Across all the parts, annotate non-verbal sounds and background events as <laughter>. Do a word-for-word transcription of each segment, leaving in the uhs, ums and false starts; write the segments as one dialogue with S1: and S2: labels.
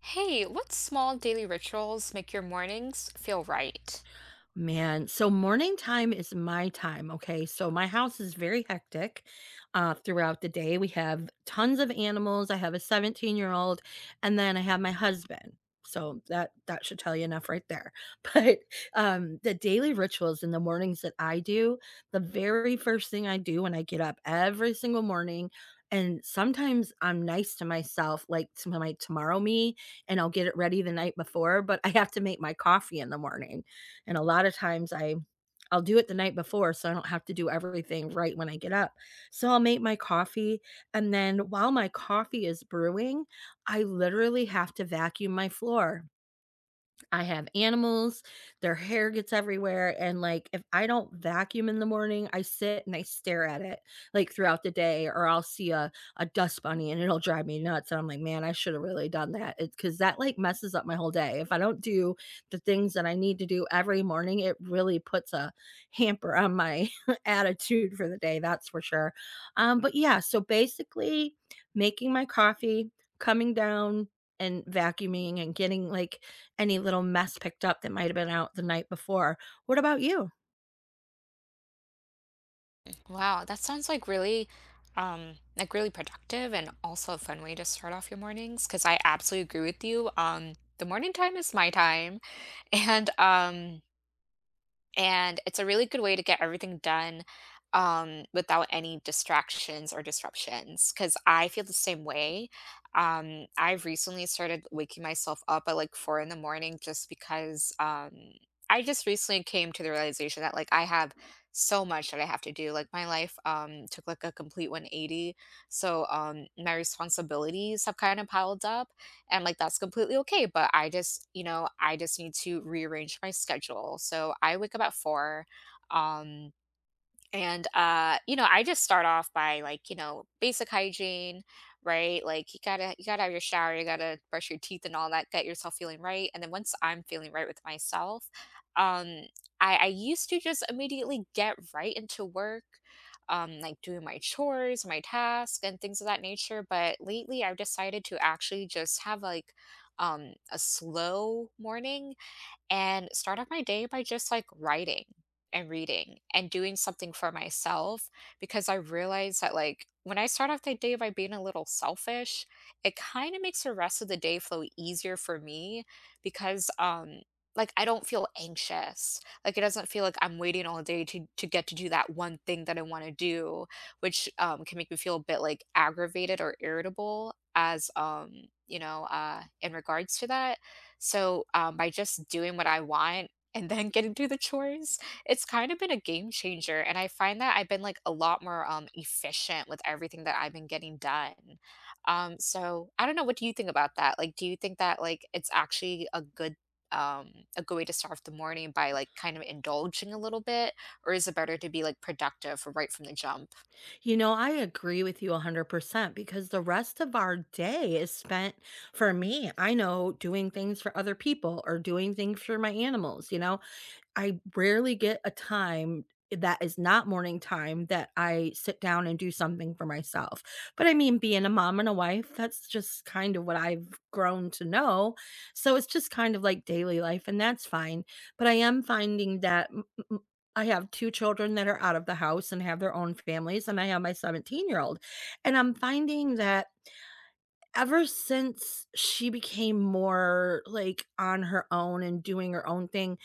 S1: Hey, what small daily rituals make your mornings feel right?
S2: Man, so morning time is my time, okay? So my house is very hectic uh, throughout the day. We have tons of animals. I have a seventeen-year-old, and then I have my husband. So that that should tell you enough right there. <laughs> But um, the daily rituals in the mornings that I do, the very first thing I do when I get up every single morning, and sometimes I'm nice to myself, like to my tomorrow me, and I'll get it ready the night before, but I have to make my coffee in the morning. And a lot of times I I'll do it the night before so I don't have to do everything right when I get up. So I'll make my coffee, and then while my coffee is brewing, I literally have to vacuum my floor. I have animals, their hair gets everywhere, and, like, if I don't vacuum in the morning, I sit and I stare at it, like, throughout the day, or I'll see a a dust bunny, and it'll drive me nuts, and I'm like, "Man, I shoulda really done that." It's because that, like, messes up my whole day. If I don't do the things that I need to do every morning, it really puts a hamper on my <laughs> attitude for the day, that's for sure. Um, but, yeah, so basically making my coffee, coming down, and vacuuming and getting, like, any little mess picked up that might have been out the night before. What about you?
S1: Wow, that sounds like really, um, like really productive and also a fun way to start off your mornings. Because I absolutely agree with you. Um, the morning time is my time, <laughs> and um, and it's a really good way to get everything done, um, without any distractions or disruptions. Because I feel the same way. Um, I've recently started waking myself up at, like, four in the morning just because, um, I just recently came to the realization that, like, I have so much that I have to do, like, my life, um, took, like, a complete one eighty, so, um, my responsibilities have kinda piled up, and like that's completely okay, but I just, you know I just need to rearrange my schedule, so I wake up at four. Um and uh, You know, I just start off by like, you know, basic hygiene, right? Like you gotta you gotta have your shower, you gotta brush your teeth and all that, get yourself feeling right. And then once I'm feeling right with myself, um, I, I used to just immediately get right into work, um, like doing my chores, my tasks, and things of that nature. But lately I've decided to actually just have like um a slow morning and start off my day by just like writing and reading and doing something for myself, because I realize that, like, when I start off the day by being a little selfish, it kind of makes the rest of the day flow easier for me because um like I don't feel anxious. Like it doesn't feel like I'm waiting all day to to get to do that one thing that I want to do, which um can make me feel a bit like aggravated or irritable as um you know uh in regards to that. So, um, by just doing what I want and then getting through the chores, it's kind of been a game changer. And I find that I've been like a lot more, um, efficient with everything that I've been getting done. Um, so I don't know. What do you think about that? Like, do you think that like it's actually a good um a good way to start off the morning by like kind of indulging a little bit, or is it better to be like productive right from the jump?
S2: You know, I agree with you a hundred percent because the rest of our day is spent, for me, I know, doing things for other people or doing things for my animals. You know, I rarely get a time that is not morning time that I sit down and do something for myself. But I mean, being a mom and a wife, that's just kind of what I've grown to know. So it's just kind of like daily life, and that's fine. But I am finding that m- m- m- I have two children that are out of the house and have their own families, and I have my seventeen year old. And I'm finding that ever since she became more, like, on her own and doing her own thing,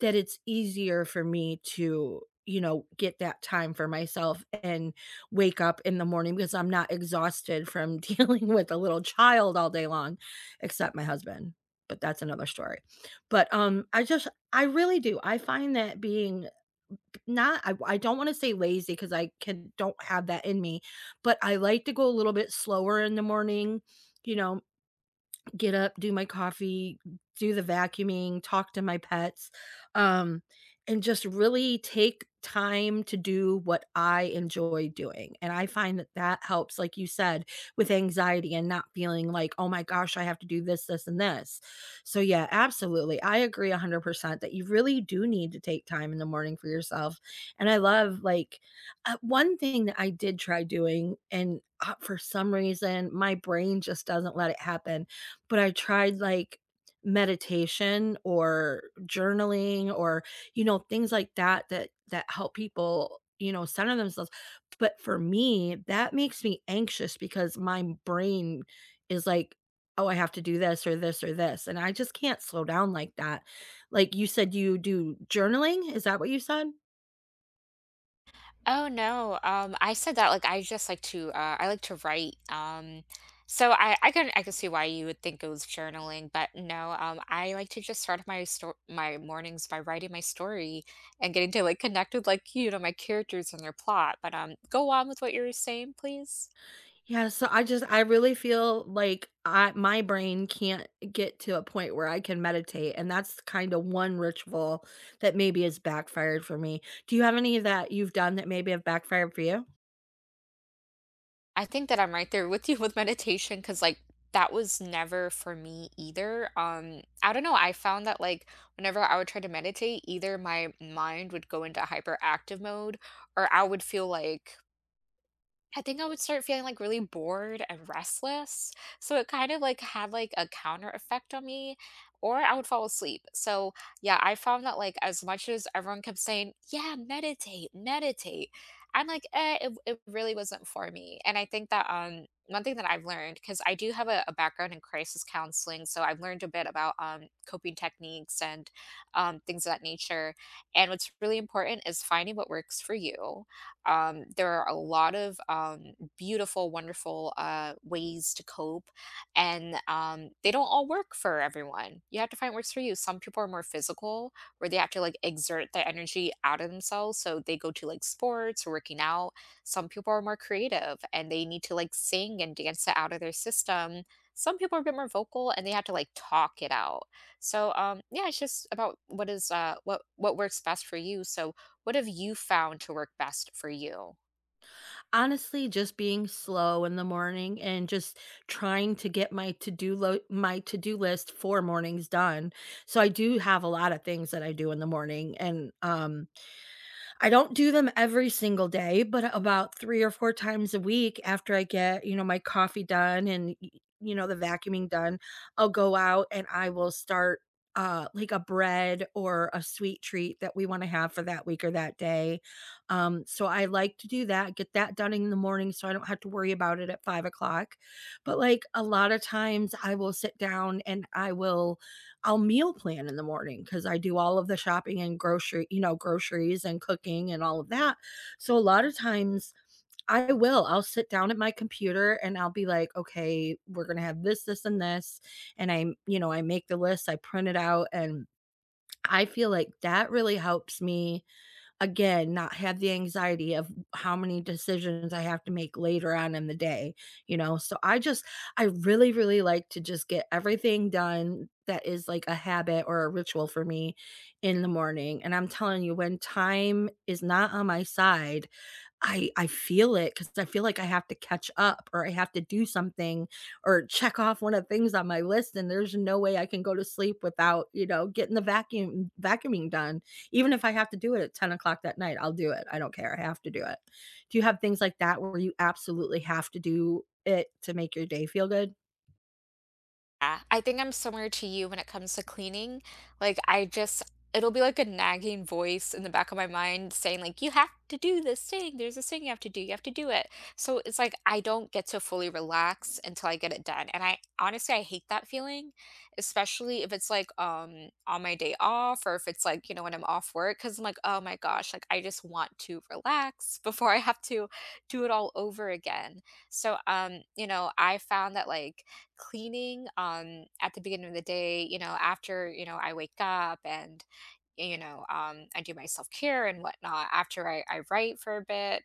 S2: that it's easier for me to, you know, get that time for myself and wake up in the morning because I'm not exhausted from <laughs> dealing with a little child all day long, except my husband, but that's another story. But, um, I just I really do. I find that being not I I don't wanna say lazy because I can don't have that in me, but I like to go a little bit slower in the morning, you know, get up, do my coffee, do the vacuuming, talk to my pets, um, and just really take time to do what I enjoy doing, and I find that that helps, like you said, with anxiety and not feeling like, "Oh my gosh, I have to do this, this, and this." So, yeah, absolutely, I agree a hundred percent that you really do need to take time in the morning for yourself, and I love, like uh, one thing that I did try doing, and, uh, for some reason, my brain just doesn't let it happen, but I tried, like, meditation or journaling or, you know, things like that that that help people, you know, center themselves. But for me, that makes me anxious because my brain is like, "Oh, I have to do this or this or this," and I just can't slow down like that. Like, you said you do journaling? Is that what you said?
S1: Oh no. Um, I said that like I just like to uh, I like to write. Um, so I I can I can see why you would think it was journaling, but no. Um, I like to just start my sto- my mornings by writing my story and getting to like connect with like, you know, my characters and their plot. But um, go on with what you were saying, please.
S2: Yeah, so I just I really feel like I my brain can't get to a point where I can meditate, and that's kind of one ritual that maybe has backfired for me. Do you have any that you've done that maybe have backfired for you?
S1: I think that I'm right there with you <laughs> with meditation because, like, that was never for me either. Um, I don't know. I found that, like, whenever I would try to meditate, either my mind would go into hyperactive mode or I would feel like I think I would start feeling like really bored and restless. So it kind of like had like a counter effect on me, or I would fall asleep. So yeah, I found that like as much as everyone kept saying, yeah, meditate, meditate, I'm like, eh, it, it really wasn't for me. And I think that um one thing that I've learned, because I do have a, a background in crisis counseling, so I've learned a bit about um coping techniques and um things of that nature. And what's really important is finding what works for you. Um, there are a lot of, um, beautiful, wonderful, uh, ways to cope, and um, they don't all work for everyone. You have to find what works for you. Some people are more physical, where they have to like exert their energy out of themselves, so they go to like sports or working out. Some people are more creative, and they need to like sing and dance it out of their system. Some people are a bit more vocal, and they have to like talk it out. So um, yeah, it's just about what is uh, what what works best for you. So what have you found to work best for you?
S2: Honestly, just being slow in the morning and just trying to get my to-do lo- my to-do list for mornings done. So I do have a lot of things that I do in the morning, and um I don't do them every single day, but about three or four times a week after I get, you know, my coffee done and, y you know, the vacuuming done, I'll go out and I will start, uh, like, a bread or a sweet treat that we wanna have for that week or that day. Um, so I like to do that, get that done in the morning so I don't have to worry about it at five o'clock. But, like, a lot of times, I will sit down and I will I'll meal plan in the morning because I do all of the shopping and grocery, you know, groceries and cooking and all of that. So, a lot of times I will, I'll sit down at my computer and I'll be like, "Okay, we're gonna have this, this, and this," and I'm, you know, I make the list, I print it out, and I feel like that really helps me, again, not have the anxiety of how many decisions I have to make later on in the day, you know? So I just I really, really like to just get everything done that is like a habit or a ritual for me in the morning. And I'm telling you, when time is not on my side, I I feel it because I feel like I have to catch up or I have to do something or check off one of the things on my list, and there's no way I can go to sleep without, you know, getting the vacuum vacuuming done. Even if I have to do it at ten o'clock that night, I'll do it. I don't care. I have to do it. Do you have things like that where you absolutely have to do it to make your day feel good?
S1: Yeah, I think I'm similar to you when it comes to cleaning. Like, I just, it'll be like a nagging voice in the back of my mind saying, like, you have to do this thing. There's this thing you have to do. You have to do it. So it's like, I don't get to fully relax until I get it done. And I honestly, I hate that feeling, especially if it's like um on my day off, or if it's like, you know, when I'm off work, because I'm like, oh my gosh, like, I just want to relax <laughs> before I have to do it all over again. So, um, you know, I found that like cleaning, um, at the beginning of the day, you know, after, you know, I wake up and, you know, um, I do my self care and whatnot after I, I write for a bit.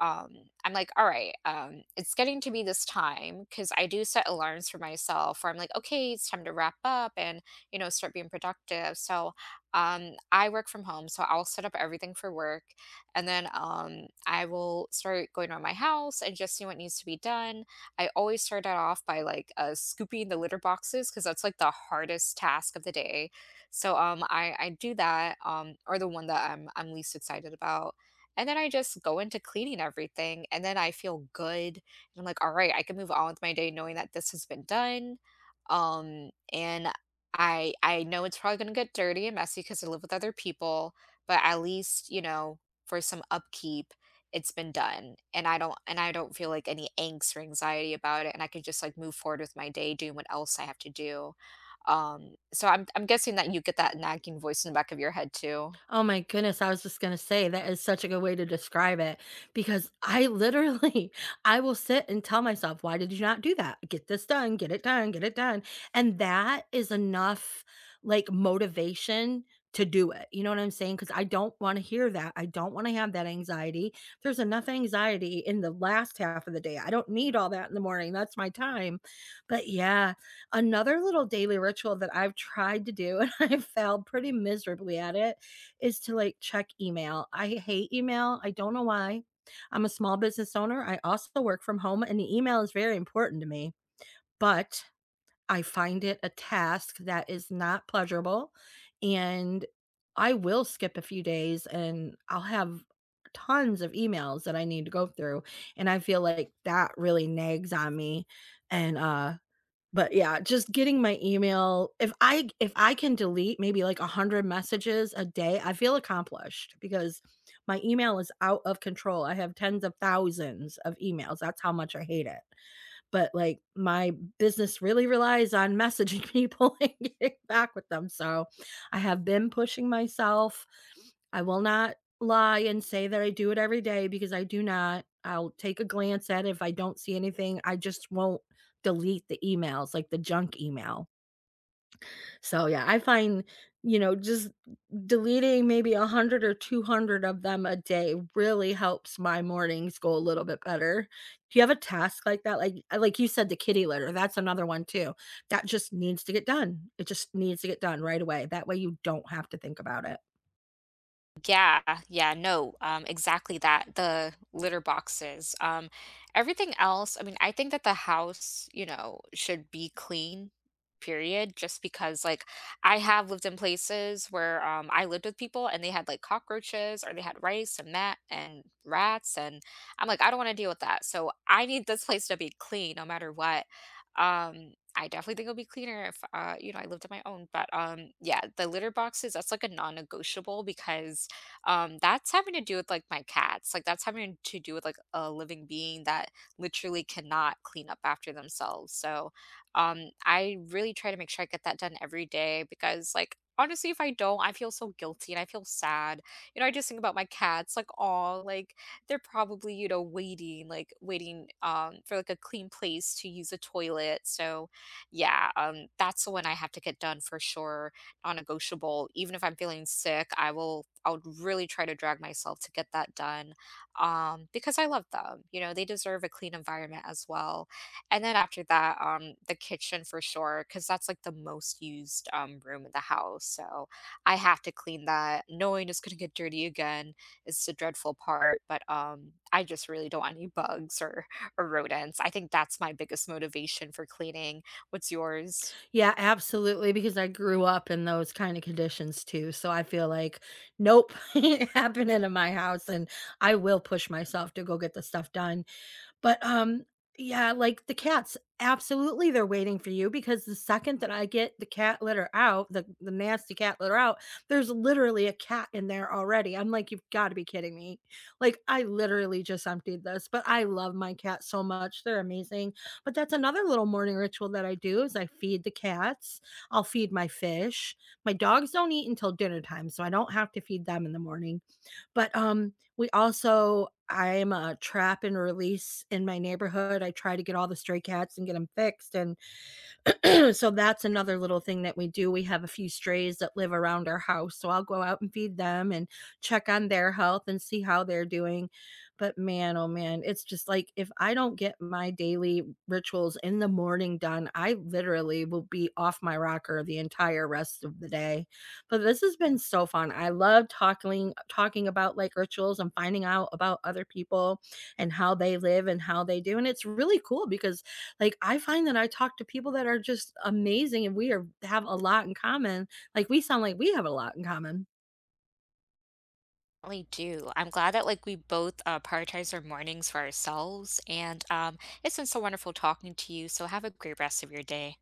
S1: Um, I'm like, all right, um, it's getting to be this time because I do set alarms for myself where I'm like, okay, it's time to wrap up and, you know, start being productive. So um, I work from home, so I'll set up everything for work, and then um, I will start going around my house and just see what needs to be done. I always start it off by like, uh, scooping the litter boxes, because that's like the hardest task of the day. So um, I I do that, um, or the one that I'm I'm least excited about. And then I just go into cleaning everything, and then I feel good. And I'm like, all right, I can move on with my day knowing that this has been done. Um, and I I know it's probably gonna get dirty and messy because I live with other people, but at least, you know, for some upkeep, it's been done, and I don't, and i don't feel like any angst or anxiety about it, and I can just like move forward with my day doing what else I have to do. Um so i'm i'm guessing that you get that nagging voice in the back of your head too.
S2: Oh my goodness, I was just gonna say that is such a good way to describe it because I literally <laughs> I will sit and tell myself, "Why did you not do that? Get this done, get it done, get it done." And that is enough, like, motivation to do it. You know what I'm saying? Because I don't want to hear that. I don't want to have that anxiety. There's enough anxiety in the last half of the day. I don't need all that in the morning. That's my time. But yeah, another little daily ritual that I've tried to do <laughs> and I've failed pretty miserably at it is to like check email. I hate email. I don't know why. I'm a small business owner. I also work from home, and the email is very important to me, but I find it a task that is not pleasurable. And I will skip a few days and I'll have tons of emails that I need to go through. And I feel like that really nags on me. And uh, but yeah, just getting my email, if I if I can delete maybe like a hundred messages a day, I feel accomplished because my email is out of control. I have tens of thousands of emails. That's how much I hate it, but, like, my business really relies on messaging people <laughs> and getting back with them, so I have been pushing myself. I will not lie and say that I do it every day because I do not. I'll take a glance at it, if I don't see anything, I just won't delete the emails, like, the junk email. So, yeah, I find, you know, just deleting maybe a hundred or two hundred of them a day really helps my mornings go a little bit better. Do you have a task like that? Like uh, like you said, the kitty litter, that's another one too. That just needs to get done. It just needs to get done right away. That way you don't have to think about it.
S1: Yeah, yeah, no, um, exactly that. The litter boxes. Um, everything else, I mean, I think that the house, you know, should be clean, period, just because like I have lived in places where um I lived with people and they had like cockroaches, or they had rice and that and rats, and I'm like, I don't want to deal with that. So I need this <laughs> place to be clean no matter what. Um I definitely think it'll be cleaner if, uh you know, I lived on my own, but um yeah, the litter boxes, that's like a non-negotiable, because um that's having to do with like my cats, like that's having to do with like a living being that literally cannot clean up after themselves. So um I really try to make sure I get that done every day, because like honestly if I don't, I feel so guilty and I feel sad. You know, I just think about my cats, like, oh, like, they're probably, you know, waiting like waiting, um for like a clean place to use a toilet. So yeah, um that's the one I have to get done, for sure, non-negotiable. Even if I'm feeling sick, I will, I would really try to drag myself to get that done, um, because I love them. You know, they deserve a clean environment as well. And then after that, um, the kitchen for sure, because that's like the most used, um, room in the house. So I have to clean that. Knowing it's gonna get dirty again is the dreadful part. But um, I just really don't want any bugs or or rodents. I think that's my biggest motivation for cleaning. What's yours?
S2: Yeah, absolutely, because I grew up in those kinda conditions too, so I feel like, "Nope, <laughs> ain't happening in my house," and I will push myself to go get the stuff done. But, um, yeah, like, the cats, absolutely, they're waiting for you because the second that I get the cat litter out, the the nasty cat litter out, there's literally a cat in there already. I'm like, "You've gotta be kidding me." Like, I literally just emptied this, but I love my cats so much, they're amazing. But that's another little morning ritual that I do is I feed the cats, I'll feed my fish. My dogs don't eat until dinner time, so I don't have to feed them in the morning. But, um, we also I'm a trap and release in my neighborhood, I try to get all the stray cats and get them fixed, and <clears throat> so that's another little thing that we do. We have a few strays that live around our house. So I'll go out and feed them and check on their health and see how they're doing. But man, oh man, it's just like if I don't get my daily rituals in the morning done, I literally will be off my rocker the entire rest of the day. But this has been so fun. I love talking talking about like rituals and finding out about other people and how they live and how they do. And it's really cool because like, I find that I talk to people that are just amazing and we are have a lot in common. Like, we sound like we have a lot in common.
S1: Definitely do. I'm glad that like we both, uh, prioritize our mornings for ourselves, and um, it's been so wonderful talking to you. So have a great rest of your day.